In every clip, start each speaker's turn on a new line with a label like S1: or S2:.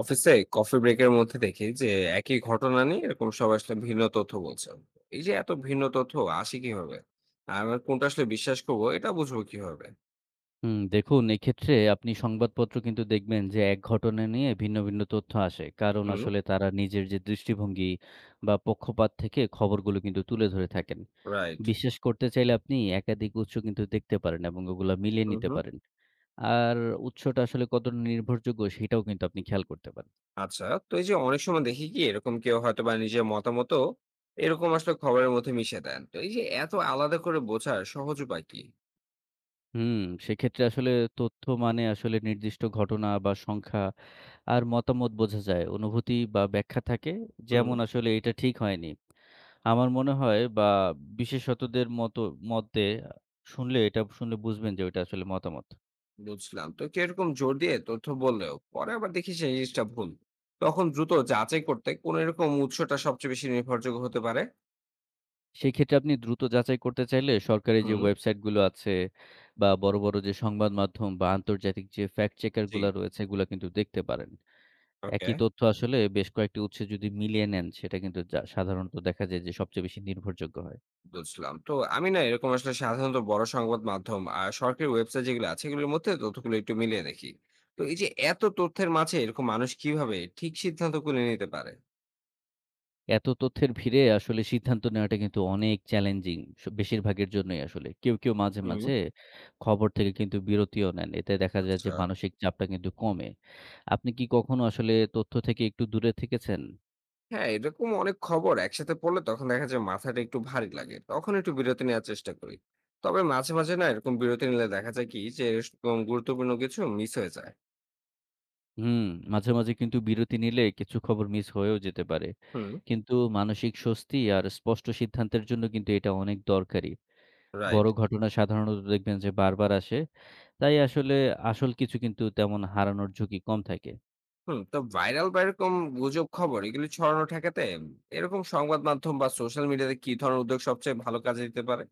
S1: অফিসে কফি ব্রেকের মধ্যে দেখি যে একই ঘটনা নিয়ে এরকম সবাই আসলে ভিন্ন তথ্য বলছে। এই যে এত ভিন্ন তথ্য আসে কিভাবে? আর আমার কোনটা আসলে বিশ্বাস করবো এটা বুঝবো কিভাবে?
S2: দেখুন এক্ষেত্রে আপনি সংবাদপত্র কিন্তু দেখবেন যে এক ঘটনা নিয়ে ভিন্ন ভিন্ন তথ্য আসে। কারণ
S1: হুম।
S2: আসলে তারা নিজের যে দৃষ্টিভঙ্গি বা পক্ষপাত থেকে খবরগুলো কিন্তু তুলে ধরে থাকেন।
S1: রাইট।
S2: বিশ্বাস করতে চাইলে আপনি একাধিক উৎস কিন্তু দেখতে পারেন এবং ওগুলা মিলিয়ে
S1: হুম
S2: নিতে
S1: হুম।
S2: পারেন। আর উৎসটা আসলে কতটা নির্ভরযোগ্য সেটাও কিন্তু আপনি খেয়াল করতে পারেন।
S1: আচ্ছা, তো এই যে অনেক সময় দেখি কি এরকম কেউ হয়তো বা নিজের মতামত এরকম আসলে খবরের মধ্যে মিশে দেন, তো এই যে এত আলাদা করে বোঝার সহজ উপায় কি?
S2: হুম, সেক্ষেত্রে আসলে তথ্য মানে আসলে নির্দিষ্ট ঘটনা বা সংখ্যা আর মতামত বোঝা যায়, অনুভূতি বা ব্যাখ্যা থাকে,
S1: হুম।
S2: যেমন আসলে এটা ঠিক হয়নি। আমার মনে হয় বা বিশেষতদের মতো মতে এটা শুনলে বুঝবেন যে ওইটা আসলে মতামত।
S1: বুঝলাম, তো কেউ এরকম জোর দিয়ে তথ্য বললেও পরে আবার দেখি সেই জিনিসটা ভুল। তখন দ্রুত যাচাই করতে কোন এরকম উৎসটা সবচেয়ে বেশি নির্ভরযোগ্য হতে পারে?
S2: সেক্ষেত্রে আপনি দ্রুত যাচাই করতে চাইলে সরকারি যে
S1: হুম,
S2: ওয়েবসাইটগুলো আছে বা বড়, বড় যে সংবাদ মাধ্যম বা আন্তর্জাতিক যে ফ্যাক্ট চেকার
S1: জি।
S2: গুলা রয়েছে এগুলা কিন্তু দেখতে পারেন।
S1: ওকে,
S2: একই তথ্য আসলে বেশ কয়েকটি উৎসে যদি মিলিয়ে নেন সেটা কিন্তু যা সাধারণত দেখা যায় যে সবচেয়ে বেশি নির্ভরযোগ্য হয়।
S1: বুঝলাম। তো আমি না এরকম আসলে সাধারণত বড় সংবাদ মাধ্যম আর সরকারি ওয়েবসাইট যেগুলো আছে, এগুলোর মধ্যে তথ্যগুলো একটু মিলিয়ে দেখি। তো এই যে এত তথ্যের মাঝে এরকম মানুষ কিভাবে ঠিক সিদ্ধান্তগুলো নিতে পারে?
S2: এত তথ্যের ভিড়ে আসলে সিদ্ধান্ত নেওয়াটা কিন্তু অনেক চ্যালেঞ্জিং বেশিরভাগের জন্যই আসলে। কেউ, কেউ মাঝে,
S1: হুম।
S2: মাঝে খবর থেকে কিন্তু বিরতিও নেন। এতে দেখা যায় যে
S1: আচ্ছা।
S2: মানসিক চাপটা কিন্তু কমে। আপনি কি কখনো আসলে তথ্য থেকে একটু দূরে থেকেছেন?
S1: হ্যাঁ, এরকম অনেক খবর একসাথে পড়লে তখন দেখা যায় মাথাটা একটু ভারী লাগে। তখন একটু বিরতি নেওয়ার চেষ্টা করি। তবে মাঝে, মাঝে না এরকম বিরতি নিলে দেখা যায় কি যে এরকম গুরুত্বপূর্ণ কিছু মিস হয়ে যায়।
S2: হুম, মাঝে, মাঝে কিন্তু বিরতি নিলে কিছু খবর মিস হয়েও যেতে পারে।
S1: হুম।
S2: কিন্তু মানসিক স্বস্তি আর স্পষ্ট সিদ্ধান্তের জন্য কিন্তু এটা অনেক দরকারি।
S1: রাইট।
S2: বড় ঘটনা সাধারণত দেখবেন যে বারবার আসে। তাই আসলে আসল কিছু কিন্তু তেমন হারানোর ঝুঁকি কম থাকে।
S1: হুম, তো ভাইরাল বা এরকম গুজব খবর এগুলি ছড়ানো ঠেকাতে এরকম সংবাদ মাধ্যম বা সোশ্যাল মিডিয়াতে কি ধরনের উদ্যোগ সবচেয়ে ভালো কাজে দিতে পারে?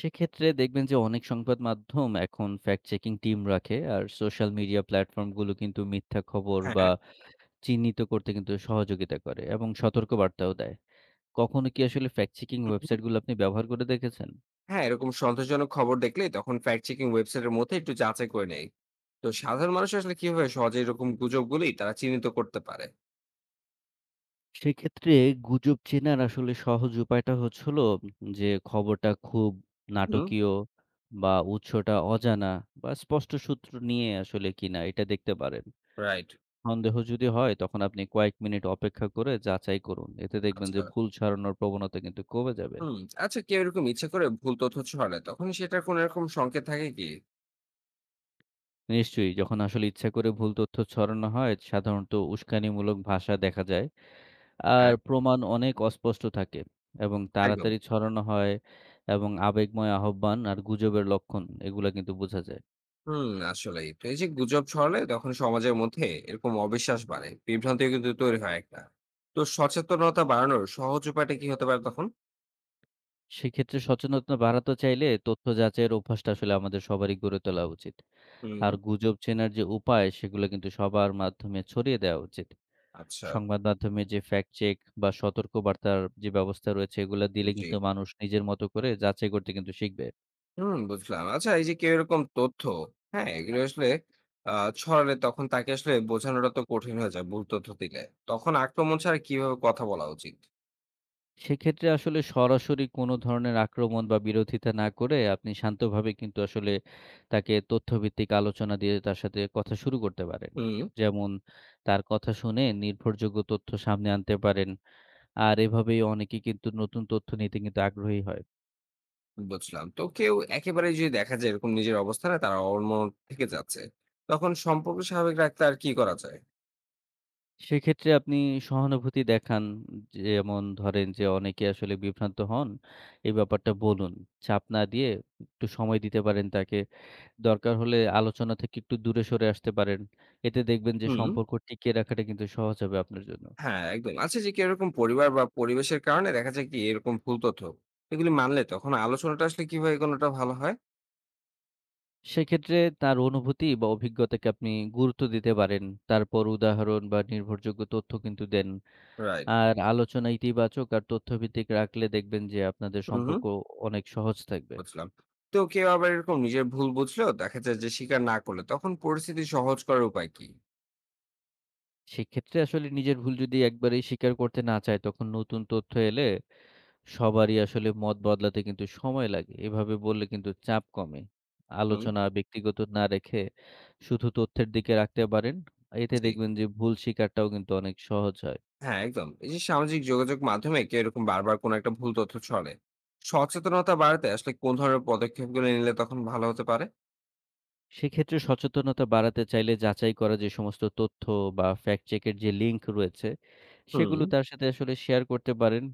S2: সেক্ষেত্রে দেখবেন যে অনেক সংবাদ মাধ্যম এখন ফ্যাক্ট চেকিং টিম রাখে আর সোশ্যাল মিডিয়া প্ল্যাটফর্মগুলো কিন্তু মিথ্যা খবর বা
S1: হ্যাঁ।
S2: চিহ্নিত করতে কিন্তু সহযোগিতা করে এবং সতর্কবার্তাও দেয়। কখনো কি আসলে ফ্যাক্ট চেকিং
S1: হুম হুম।
S2: ওয়েবসাইটগুলো আপনি ব্যবহার করে দেখেছেন?
S1: হ্যাঁ, এরকম সন্তোষজনক খবর দেখলে তখন ফ্যাক্ট চেকিং ওয়েবসাইটের মধ্যে একটু যাচাই করে নেই। তো সাধারণ মানুষ আসলে কিভাবে সহজে এরকম গুজবগুলি তারা চিহ্নিত করতে পারে?
S2: সেক্ষেত্রে গুজব চেনার আসলে সহজ উপায়টা হচ্ছিল যে খবরটা খুব
S1: হুম।
S2: নাটকীয় বা উৎসটা অজানা বা স্পষ্ট সূত্র নিয়ে আসলে কিনা এটা দেখতে পারেন।
S1: রাইট।
S2: সন্দেহ যদি হয় তখন আপনি কয়েক মিনিট অপেক্ষা করে যাচাই করুন। এতে দেখবেন যে
S1: আচ্ছা।
S2: ভুল ছড়ানোর প্রবণতা কিন্তু কমে যাবে।
S1: হুম। আচ্ছা, কেউ এরকম ইচ্ছে করে ভুল তথ্য ছড়ালে তখন সেটা কোন এরকম সংকেত থাকে কি?
S2: নিশ্চয়ই যখন আসলে ইচ্ছা করে ভুল তথ্য ছড়ানো হয় সাধারণত উস্কানিমূলক ভাষা দেখা যায় আর
S1: হ্যাঁ।
S2: প্রমাণ অনেক অস্পষ্ট থাকে এবং
S1: একদম।
S2: তাড়াতাড়ি ছড়ানো হয় এবং আবেগময় আহ্বান আর গুজবের লক্ষণ এগুলা কিন্তু বোঝা যায়।
S1: হুম, আসলেই তো এই যে গুজব ছড়ালে তখন সমাজের মধ্যে এরকম অবিশ্বাস বাড়ে, বিভ্রান্তি কিন্তু তৈরি হয় একটা। তো সচেতনতা বাড়ানোর সহজ উপায়টা কি হতে পারে তখন?
S2: সেক্ষেত্রে সচেতনতা বাড়াতে চাইলে তথ্য যাচাইয়ের অভ্যাসটা আসলে আমাদের সবারই গড়ে তোলা উচিত।
S1: হুম।
S2: আর গুজব চেনার যে উপায় সেগুলো কিন্তু সবার মাধ্যমে ছড়িয়ে দেওয়া উচিত।
S1: আচ্ছা।
S2: সংবাদ মাধ্যমে যে ফ্যাক্ট চেক বা সতর্কবার্তার যে ব্যবস্থা রয়েছে, এগুলা দিলে
S1: জি।
S2: কিন্তু মানুষ নিজের মতো করে যাচাই করতে কিন্তু শিখবে।
S1: হুম, বুঝলাম। আচ্ছা এই যে কেউ এরকম তথ্য, হ্যাঁ এগুলো আসলে ছড়ালে তখন তাকে আসলে বোঝানোটা তো কঠিন হয়ে যায়, ভুল তথ্য দিলে তখন আক্রমণ ছাড়া কিভাবে কথা বলা উচিত?
S2: সেক্ষেত্রে আসলে সরাসরি কোনো ধরনের আক্রমণ বা বিরোধিতা না করে আপনি শান্তভাবে কিন্তু আসলে তাকে তথ্যভিত্তিক আলোচনা দিয়ে তার সাথে কথা শুরু করতে পারেন।
S1: হুম।
S2: যেমন তার কথা শুনে নির্ভরযোগ্য তথ্য সামনে আনতে পারেন। আর এভাবেই অনেকে কিন্তু নতুন তথ্য নিতে কিন্তু আগ্রহী হয়।
S1: বুঝলাম, তো কেউ একেবারে যদি দেখা যায় এরকম নিজের অবস্থানে তারা অন্য থেকে যাচ্ছে, তখন সম্পর্ক স্বাভাবিক রাখতে আর কি করা যায়?
S2: সেক্ষেত্রে আপনি সহানুভূতি দেখান। যেমন ধরেন যে অনেকে আসলে বিভ্রান্ত হন, এই ব্যাপারটা বলুন। চাপ না দিয়ে একটু সময় দিতে পারেন তাকে। দরকার হলে আলোচনা থেকে একটু দূরে সরে আসতে পারেন। এতে দেখবেন যে
S1: হুম।
S2: সম্পর্ক টিকিয়ে রাখাটা কিন্তু সহজ হবে আপনার জন্য।
S1: হ্যাঁ, একদম। আচ্ছা যে কি এরকম পরিবার বা পরিবেশের কারণে দেখা যায় কি এরকম ভুল তথ্য, এগুলি মানলে তখন আলোচনাটা আসলে কিভাবে এগোনোটা ভালো হয়?
S2: সেক্ষেত্রে তার অনুভূতি বা অভিজ্ঞতাকে আপনি গুরুত্ব দিতে পারেন। তারপর উদাহরণ বা নির্ভরযোগ্য তথ্য কিন্তু দেন।
S1: রাইট।
S2: আর আলোচনা ইতিবাচক আর তথ্যভিত্তিক রাখলে দেখবেন যে আপনাদের
S1: হুম, হুম,
S2: সম্পর্ক অনেক সহজ থাকবে।
S1: বুঝলাম। তো কেউ আবার এরকম নিজের ভুল বুঝলেও দেখা যায় যে স্বীকার না করলে তখন পরিস্থিতি সহজ করার উপায় কি?
S2: সেক্ষেত্রে আসলে নিজের ভুল যদি একবারেই স্বীকার করতে না চায়, তখন নতুন তথ্য এলে সবারই আসলে মত বদলাতে কিন্তু সময় লাগে। এভাবে বললে কিন্তু চাপ কমে।
S1: হুম।
S2: আলোচনা ব্যক্তিগত না রেখে শুধু তথ্যের দিকে রাখতে পারেন। এতে
S1: জি।
S2: দেখবেন যে ভুল স্বীকারটাও কিন্তু অনেক সহজ হয়।
S1: হ্যাঁ, একদম। এই যে সামাজিক যোগাযোগ মাধ্যমে কেউ এরকম বারবার কোনো একটা ভুল তথ্য ছড়ায়, সচেতনতা বাড়াতে আসলে কোন ধরনের পদক্ষেপগুলো নিলে তখন ভালো হতে পারে?
S2: সেক্ষেত্রে সচেতনতা বাড়াতে চাইলে যাচাই করা যে সমস্ত তথ্য বা ফ্যাক্ট চেকের যে লিঙ্ক রয়েছে,
S1: হুম,
S2: সেগুলো তার সাথে আসলে শেয়ার করতে পারেন।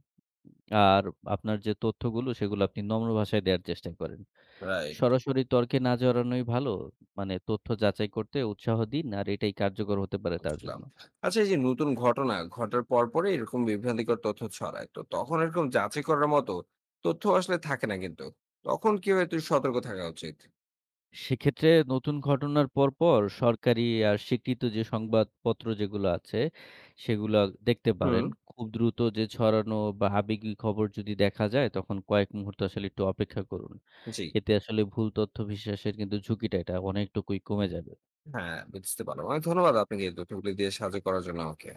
S2: আর আপনার যে তথ্যগুলো সেগুলো আপনি নম্র ভাষায় দেয়ার চেষ্টা করেন।
S1: রাইট।
S2: সরাসরি তর্কে না জড়ানোই ভালো। মানে তথ্য যাচাই করতে উৎসাহ দিন আর এটাই কার্যকর হতে পারে তার জন্য।
S1: বুঝলাম। আচ্ছা এই যে নতুন ঘটনা ঘটার পর পরে এরকম বিভ্রান্তিকর তথ্য ছড়ায়। তো তখন এরকম যাচাই করার মতো তথ্য আসলে থাকে না কিন্তু। তখন কিভাবে একটু সতর্ক থাকা উচিত?
S2: সেক্ষেত্রে নতুন ঘটনার পরপর সরকারি আর স্বীকৃত যে সংবাদপত্র যেগুলো আছে, সেগুলা দেখতে পারেন।
S1: হুম।
S2: খুব দ্রুত যে ছড়ানো বা আবেগী খবর যদি দেখা যায়, তখন কয়েক মুহূর্ত আসলে একটু অপেক্ষা করুন।
S1: জি।
S2: এতে আসলে ভুল তথ্য বিশ্বাসের কিন্তু ঝুঁকিটা এটা অনেকটুকুই কমে যাবে।
S1: হ্যাঁ, বুঝতে পারলাম। অনেক ধন্যবাদ আপনাকে এই তথ্যগুলি দিয়ে সাহায্য করার জন্য আমাকে।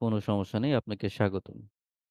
S2: কোনো সমস্যা নেই। আপনাকে স্বাগতম।